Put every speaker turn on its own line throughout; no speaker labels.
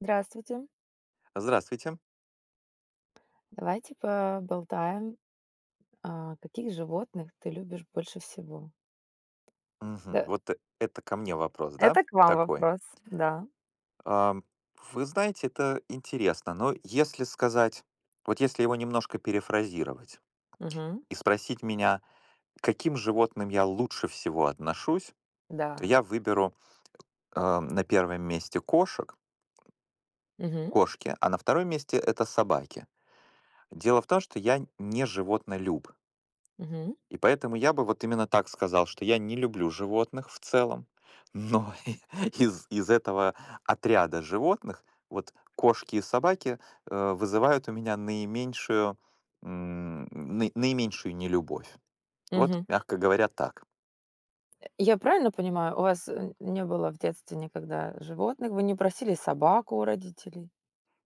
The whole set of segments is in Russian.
Здравствуйте.
Здравствуйте.
Давайте поболтаем, каких животных ты любишь больше всего?
Мгм.
Да,
Вот это ко мне вопрос, да?
это к вам
Такой.
вопрос, да.
Ам, Вы знаете, это интересно, но если сказать, вот если его немножко перефразировать
Мгм.
и спросить меня, к каким животным я лучше всего отношусь, то
Да.
я выберу на первом месте кошек,
Мгм.
кошки, а на втором месте это собаки. Дело в том, что я не животнолюб.
Мгм.
И поэтому я бы вот именно так сказал, что я не люблю животных в целом, но из этого отряда животных вот кошки и собаки вызывают у меня наименьшую, наименьшую нелюбовь. Вот,
Мгм.
мягко говоря, так.
Я правильно понимаю, у вас, не было в детстве никогда животных? Вы не просили собаку у родителей?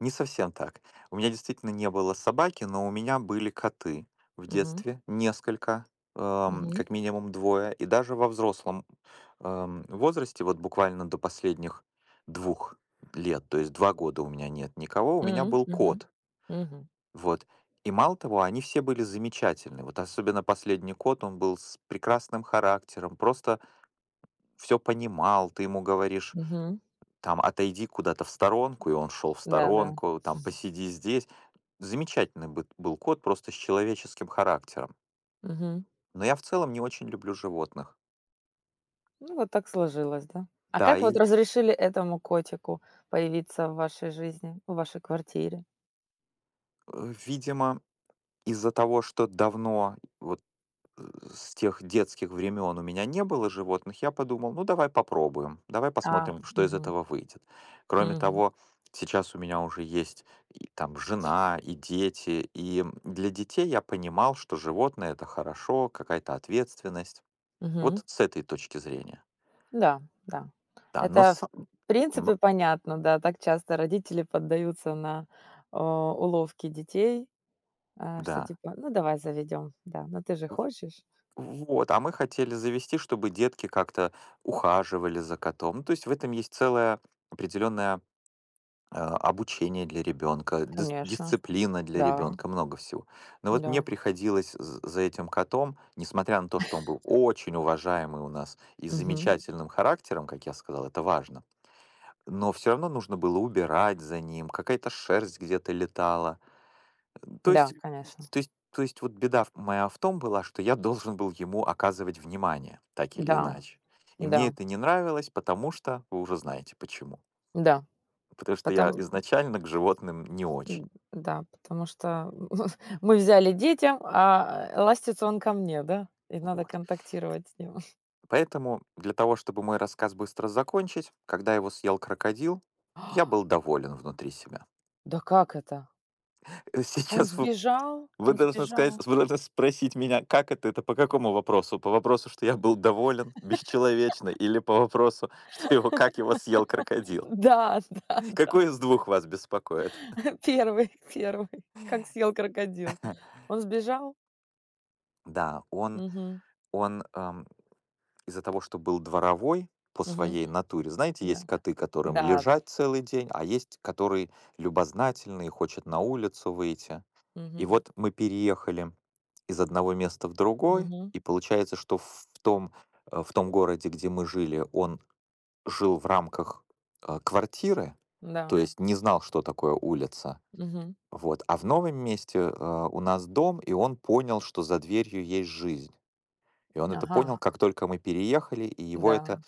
Не совсем так. У меня действительно не было собаки, но у меня были коты в
Мгм.
детстве несколько,
Мгм.
как минимум двое, и даже во взрослом возрасте, вот буквально до последних двух лет, то есть два года у меня нет никого, у меня
М.
был
Мгм.
кот,
Мгм.
вот. И мало того, они все были замечательны. Вот особенно последний кот, он был с прекрасным характером, просто все понимал, ты ему говоришь,
Мгм.
там, отойди куда-то в сторонку, и он шел в
Да-да.
сторонку, там, посиди здесь. Замечательный быт был кот, просто с человеческим характером.
Мгм.
Но я в целом не очень люблю животных.
Ну, вот так сложилось, да? А
Да,
как вот
и,
разрешили этому котику появиться в вашей жизни, в вашей квартире?
э, видимо, из-за того, что давно, вот э, с тех детских времен у меня не было животных, я подумал, ну давай попробуем, давай
А,
посмотрим, что из
мгм,
этого выйдет. Кроме
мгм,
того, сейчас у меня уже есть и там жена, и дети, и для детей я понимал, что животное это хорошо, какая-то ответственность.
мгм.
Вот с этой точки зрения.
Да, да.
Да, но
Это, в
сам. но-
принципе, понятно, да. Так часто родители поддаются на, уловки детей, что
да.
типа: "Ну, давай заведем, да, ну ты же
В
хочешь".
Вот, а мы хотели завести, чтобы детки как-то ухаживали за котом. Ну, то есть в этом есть целое определенное, обучение для ребенка,
Конечно,
дисциплина для
да,
ребенка, много всего. Но вот мне
да,
приходилось з за этим котом, несмотря на то, что он был очень уважаемый у нас и с
мгм,
замечательным характером, как я сказал, это важно, но все равно нужно было убирать за ним, какая-то шерсть где-то летала. То
да,
есть
конечно,
то есть вот беда в том была, что я должен был ему оказывать внимание, так или, да,
да,
иначе. И мне
да,
это не нравилось, потому что вы уже знаете почему.
да.
Потому что я
Потом
изначально к животным не очень.
да, потому что мы взяли детям, а ластится он ко мне, да, и надо
Вот.
контактировать с ним.
Поэтому для того, чтобы мой рассказ быстро закончить, когда его съел крокодил, я был доволен внутри себя.
Да как это? Он
Сейчас
сбежал,
Вы
он
должны сказать
сбежал.
вы должны спросить меня, как это по какому вопросу? По вопросу, что я был доволен, бесчеловечно, или по вопросу, что его, как его съел крокодил?
Да, да, да.
Какой из двух вас беспокоит?
Первый, первый. Как съел крокодил. Он сбежал.
Да, он,
Мгм,
он из-за того, что был дворовой по
мгм,
своей натуре. Знаете,
да.
есть коты, которым
Да.
лежать целый день, а есть, которые любознательные, хочет на улицу выйти. И
Мгм,
вот мы переехали из одного места в другой,
мгм,
и получается, что в том, в том городе, где мы жили, он жил в рамках, квартиры, то
да.
есть не знал, что такое улица.
Мгм.
Вот. А в новом месте, у нас дом, и он понял, что за дверью есть жизнь. И он это
Ага,
понял, как только мы переехали, и
да.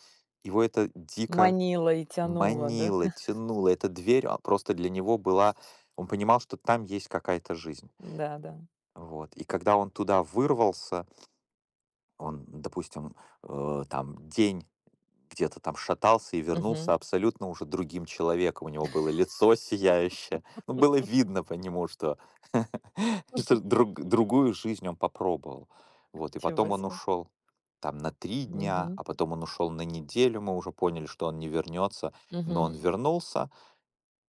его это дико
Манила и тянула, да?
манило, тянуло. Эта дверь, просто для него была, он понимал, что там есть какая-то жизнь.
Да-да.
Вот. И когда он туда вырвался, он, допустим, там день где-то там шатался и
Мгм.
вернулся абсолютно уже другим человеком. У него было лицо сияющее. Ну, было видно по нему, что что другую жизнь он попробовал. Вот, и
Ничего
потом он
себе.
ушел там на три дня,
Мгм,
а потом он ушел на неделю, мы уже поняли, что он не вернется, но
мгм,
он вернулся,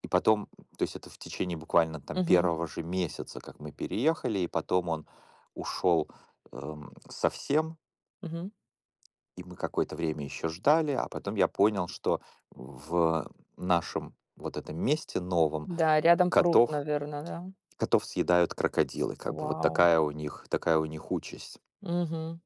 и потом, то есть это в течение буквально там
мгм,
первого же месяца, как мы переехали, и потом он ушел совсем,
мгм.
и мы какое-то время еще ждали, а потом я понял, что в нашем вот этом месте новом
Да, рядом пруд,
котов
наверное, да?
котов съедают крокодилы, как бы вот
Вау.
такая у них участь.
Мгм.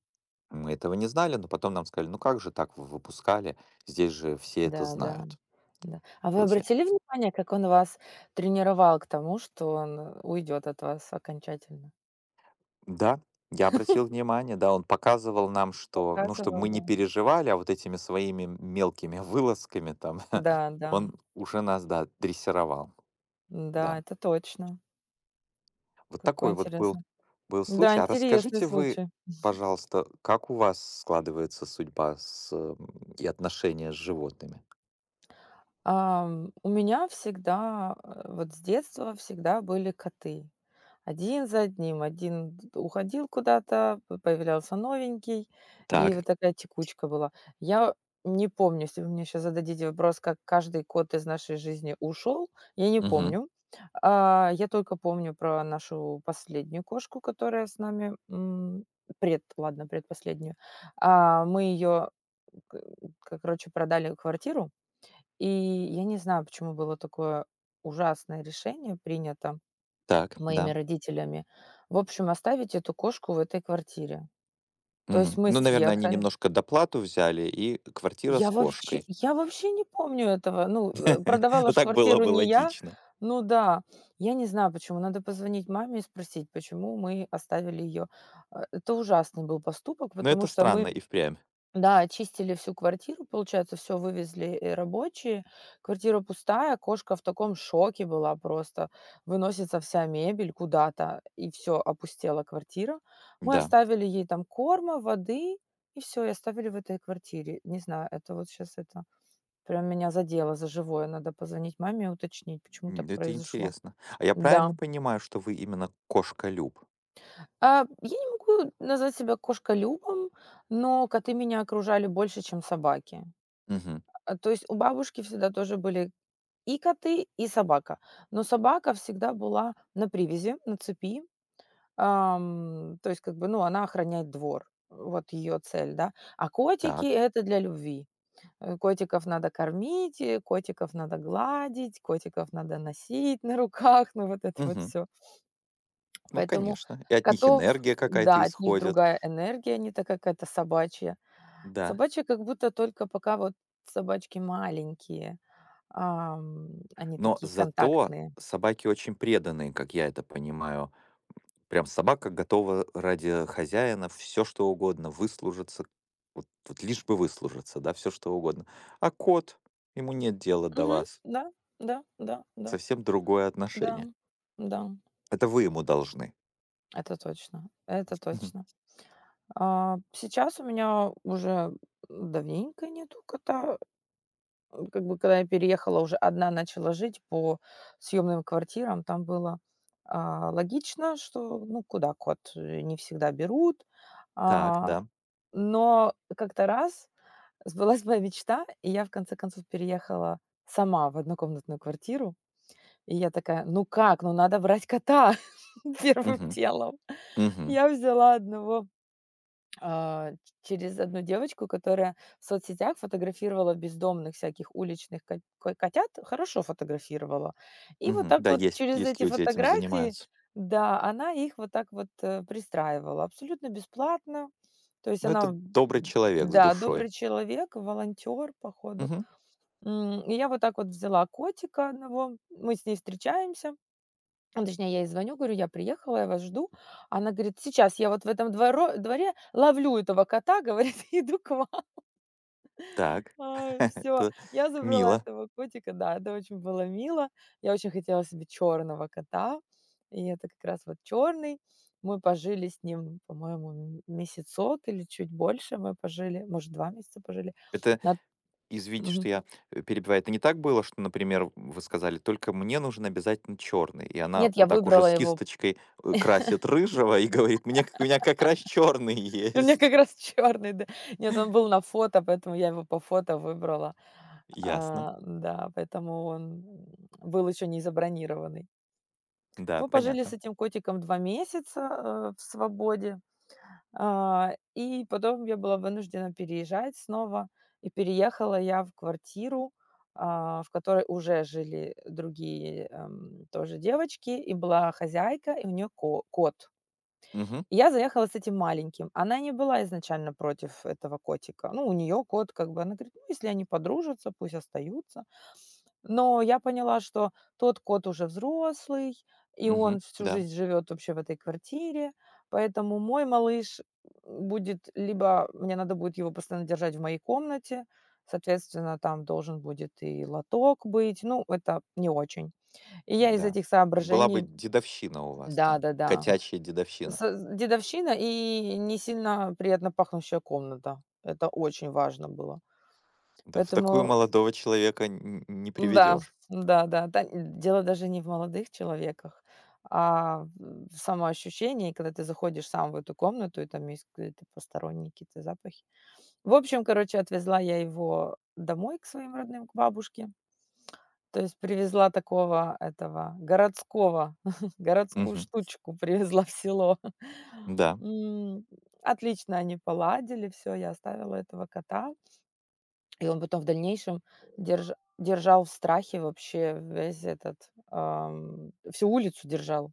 Мы этого не знали, но потом нам сказали: «Ну как же так вы выпускали? Здесь же все это
Да, да,
знают».
да. А вы
Получается.
обратили внимание, как он вас тренировал к тому, что он уйдет от вас окончательно?
Да, я обратил внимание, да, он показывал нам, что, ну, чтобы
Показывал,
мы не
да.
переживали, а вот этими своими мелкими вылазками там
Да, да.
он уже нас, да, дрессировал,
Да,
да.
это точно.
Вот
Какой
такой вот
интересный.
был
Да,
случай. А
интересный
расскажите вы,
случай.
пожалуйста, как у вас складывается судьба с, и отношения с животными?
У меня всегда, вот с детства всегда были коты. Один за одним. Один д уходил куда-то, п появлялся новенький, и
Так.
вот такая текучка была. Я не помню, если вы мне сейчас зададите вопрос, как каждый кот из нашей жизни ушел, я не
Мгм.
помню. Я только помню про нашу последнюю кошку, которая с нами, м, пред ладно, предпоследнюю. Мы ее, короче, продали квартиру. И я не знаю, почему было такое ужасное решение принято
Так,
моими
да.
родителями. В общем, оставить эту кошку в этой квартире. То есть
Мгм.
мы
Ну, наверное, они
съехали.
немножко доплату взяли и квартира с
Я вообще
кошкой.
я вообще не помню этого. Ну, продавала
Ну,
ж
так было
квартиру
бы
не я.
логично.
Ну да, я не знаю почему. Надо позвонить маме и спросить, почему мы оставили ее. Это ужасный был поступок,
Но
потому
это
что
странно
мы,
и впрямь.
да, очистили всю квартиру, получается, все вывезли, рабочие. Квартира пустая, кошка в таком шоке была просто. Выносится вся мебель куда-то, и все опустела квартира. Мы
Да.
оставили ей там корма, воды, и все, и оставили в этой квартире. Не знаю, это вот сейчас это прям меня задело за живое. Надо позвонить маме и уточнить, почему
М,
так
это
произошло.
интересно. А я
Да.
правильно понимаю, что вы именно кошколюб?
Я не могу назвать себя кошколюбом, но коты меня окружали больше, чем собаки.
Мгм.
То есть у бабушки всегда тоже были и коты, и собака. Но собака всегда была на привязи, на цепи. То есть как бы, ну, она охраняет двор. Вот ее цель, да. А котики-
Так.
это для любви. Котиков надо кормить, котиков надо гладить, котиков надо носить на руках, ну, вот это вот
Мгм.
все.
Ну,
Поэтому
конечно. И от них
котов
энергия
да,
какая-то
от них
исходит.
другая энергия, не такая какая-то собачья.
Да.
Собачья как будто только пока вот собачки маленькие. Ам, они
Но
такие
зато
контактные.
собаки очень преданные, как я это понимаю. Прям собака готова ради хозяина все что угодно, выслужиться. Вот вот лишь бы выслужиться, да, все что угодно. А кот, ему нет дела до
Мгм.
вас.
Да, да, да, да,
Совсем другое
да,
отношение.
да,
Это вы ему должны.
это точно, это
Мгм.
точно. Сейчас у меня уже давненько нету кота. Как бы когда я переехала, уже одна начала жить по съемным квартирам, там было, логично, что, ну, куда кот, не всегда берут.
Так,
А,
да.
но как-то раз сбылась моя мечта, и я в конце концов переехала сама в однокомнатную квартиру. И я такая: "Ну как? Ну надо брать кота первым
Мгм.
делом".
Мгм.
Я взяла одного через одну девочку, которая в соцсетях фотографировала бездомных всяких уличных котят, хорошо фотографировала. И вот
Мгм.
так
Да,
вот
есть
через
есть
эти
люди этим
фотографии,
занимаются.
да, она их вот так вот пристраивала абсолютно бесплатно. То есть
Но
она,
это добрый человек с
да,
душой.
добрый человек, волонтер, походу.
Мгм.
И я вот так вот взяла котика одного, мы с ней встречаемся, ну, точнее, я ей звоню, говорю: "Я приехала, я вас жду". Она говорит: "Сейчас я вот в этом дворо дворе ловлю этого кота", говорит, "иду к вам".
Так.
Все,
Это
я забрала
мило.
этого котика. Да, это очень было мило. Я очень хотела себе черного кота, и это как раз вот черный. Мы пожили с ним, по-моему, месяцок или чуть больше мы пожили, может, 2 месяца пожили.
Это
На
извините,
мгм.
что я, перебиваю. Это не так было, что, например, вы сказали: «Только мне нужен обязательно черный». И она
Нет, я
вот так уже
выбрала
с
его.
кисточкой, красит рыжего и говорит: «Мне у меня как раз черный
У меня
есть».
как раз черный, да. Нет, он был на фото, поэтому я его по фото выбрала.
Ясно.
Да, поэтому он был еще не забронированный.
Да,
Мы пожили с
понятно.
этим котиком 2 месяца, в свободе, и потом я была вынуждена переезжать снова. И переехала я в квартиру, в которой уже жили другие, тоже девочки, и была хозяйка, и у нее кот.
Угу,
Я заехала с этим маленьким. Она не была изначально против этого котика. Ну, у нее кот, как бы, она говорит: "Ну, если они подружатся, пусть остаются". Но я поняла, что тот кот уже взрослый, и он
угу,
всю
да,
жизнь живет вообще в этой квартире, поэтому мой малыш будет либо мне надо будет его постоянно держать в моей комнате, соответственно, там должен будет и лоток быть. Ну, это не очень. И я из
да.
этих
Была бы
соображений
дедовщина у вас там,
да-да-да.
котячья
С
дедовщина.
э, дедовщина и не сильно приятно пахнущая комната. Это очень важно было.
Да, в такую
Поэтому
молодого человека н не
да,
приведешь.
да-да, да, да, дело даже не в молодых человеках, а в самоощущении, когда ты заходишь сам в эту комнату, и там есть какие-то посторонние какие-то запахи. В общем, короче, отвезла я его домой к своим родным, к бабушке. То есть привезла такого этого городского, городскую
Мгм.
штучку привезла в село.
Да.
М, отлично они поладили, все. Я оставила этого кота, и он потом в дальнейшем держал в страхе вообще весь всю улицу держал.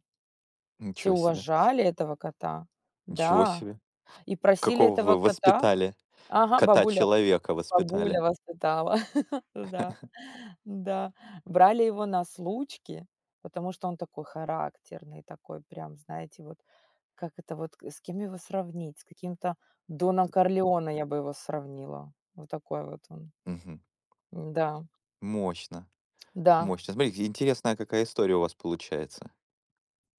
Все
Ничего себе,
уважали этого кота,
ничего
да,
себе.
и просили
Какого
этого
вы
кота.
воспитали
Ага, бабуля
кота-человека воспитали.
бабуля воспитала, да. Да, брали его на случки, потому что он такой характерный, такой прям, знаете, вот как это вот, с кем его сравнить? С каким-то Доном Корлеоне я бы его сравнила. Вот такой вот он.
Мгм.
Да,
Мощно,
да.
мощно. Смотри, интересная какая история у вас получается.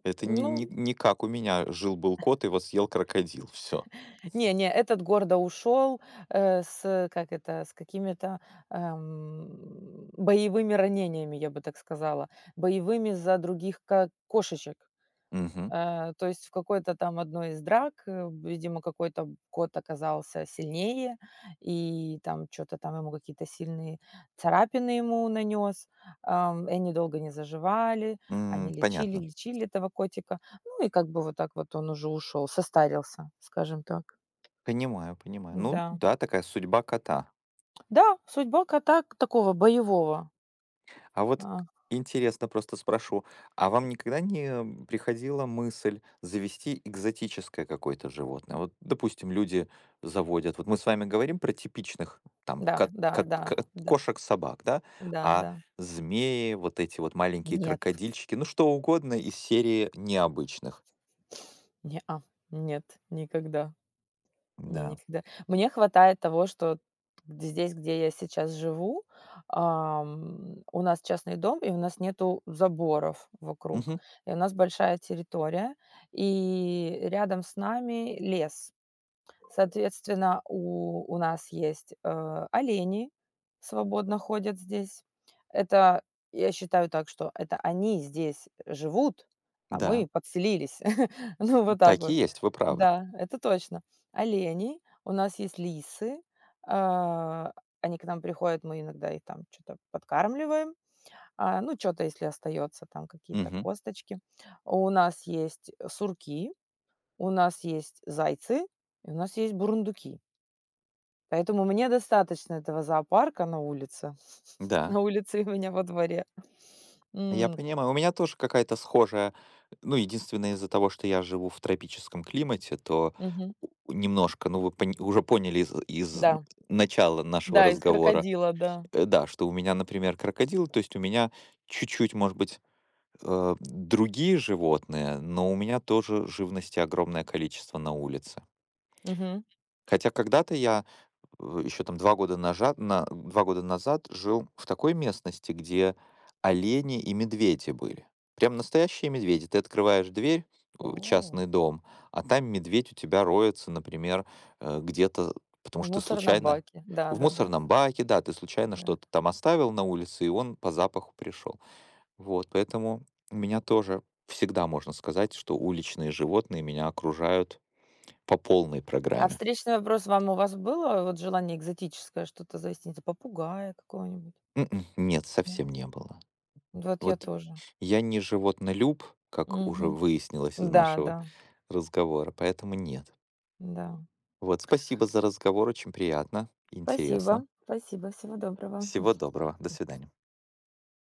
Это не не
Ну,
не как у меня: жил-был кот, его съел крокодил. Все.
не, не, этот гордо ушел, с какими-то боевыми ранениями, я бы так сказала, боевыми за других кошечек. То есть в какой-то там одной из драк, видимо, какой-то кот оказался сильнее, и там что то там ему какие-то сильные царапины ему нанес. И они долго не заживали, они лечили,
Понятно.
лечили этого котика. Ну и как бы вот так вот он уже ушел, состарился, скажем так.
Понимаю, понимаю. Ну
Да.
да, такая судьба кота.
Да, судьба кота к такого боевого.
А вот
А,
интересно, просто спрошу, а вам никогда не приходила мысль завести экзотическое какое-то животное? Вот, допустим, люди заводят, вот мы с вами говорим про типичных там
да, да, да, да,
кошек, собак, да,
да,
а
да.
змеи, вот эти вот маленькие
Нет,
крокодильчики, ну что угодно из серии необычных.
не, а нет, никогда. Не,
Да.
никогда. Мне хватает того, что д здесь, где я сейчас живу, у нас частный дом, и у нас нету заборов вокруг.
Мгм.
И у нас большая территория, и рядом с нами лес. Соответственно, у нас есть, олени, свободно ходят здесь. Это, я считаю так, что это они здесь живут, а
Да.
мы подселились. Ну, вот так
Так и
вот.
есть, вы правы.
Да, это точно. Олени, у нас есть лисы, а, они к нам приходят, мы иногда их там что то подкармливаем, ну, что то если остается там какие-то
Мгм.
косточки. У нас есть сурки. У нас есть зайцы, и у нас есть бурундуки. Поэтому мне достаточно этого зоопарка на улице.
Да.
На улице и у меня во дворе.
Я
М,
понимаю, у меня тоже какая-то схожая. Ну, единственное, из-за того, что я живу в тропическом климате, то
мгм.
немножко, ну, уже поняли из, из
Да,
начала нашего
да, из
разговора,
крокодила, да.
да, что у меня, например, крокодил, то есть у меня чуть-чуть, может быть, другие животные, но у меня тоже живности огромное количество на улице.
Мгм.
Хотя когда-то я еще там 2 года назад жил в такой местности, где олени и медведи были. Прям настоящие медведи. Ты открываешь дверь,
О,
частный дом, а там медведь у тебя роется, например, где-то, потому
в
что ты
мусорном
случайно
баке.
в
Да-да-да, да.
мусорном баке, да, ты случайно
Да, да.
что-то там оставил на улице, и он по запаху пришел. Вот, поэтому у меня тоже всегда можно сказать, что уличные животные меня окружают по полной
А
программе.
встречный вопрос вам у вас было вот желание экзотическое что-то завести, не знаю, попугая какого-нибудь?
Мгм. Нет,
М,
совсем не было.
вот я
Вот
тоже.
я не животнолюб, как уже
Мгм.
выяснилось из
Да,
нашего
да,
разговора, поэтому нет.
да.
Вот, спасибо за разговор, очень приятно, интересно.
Спасибо, спасибо, всего доброго.
Всего доброго, до свидания.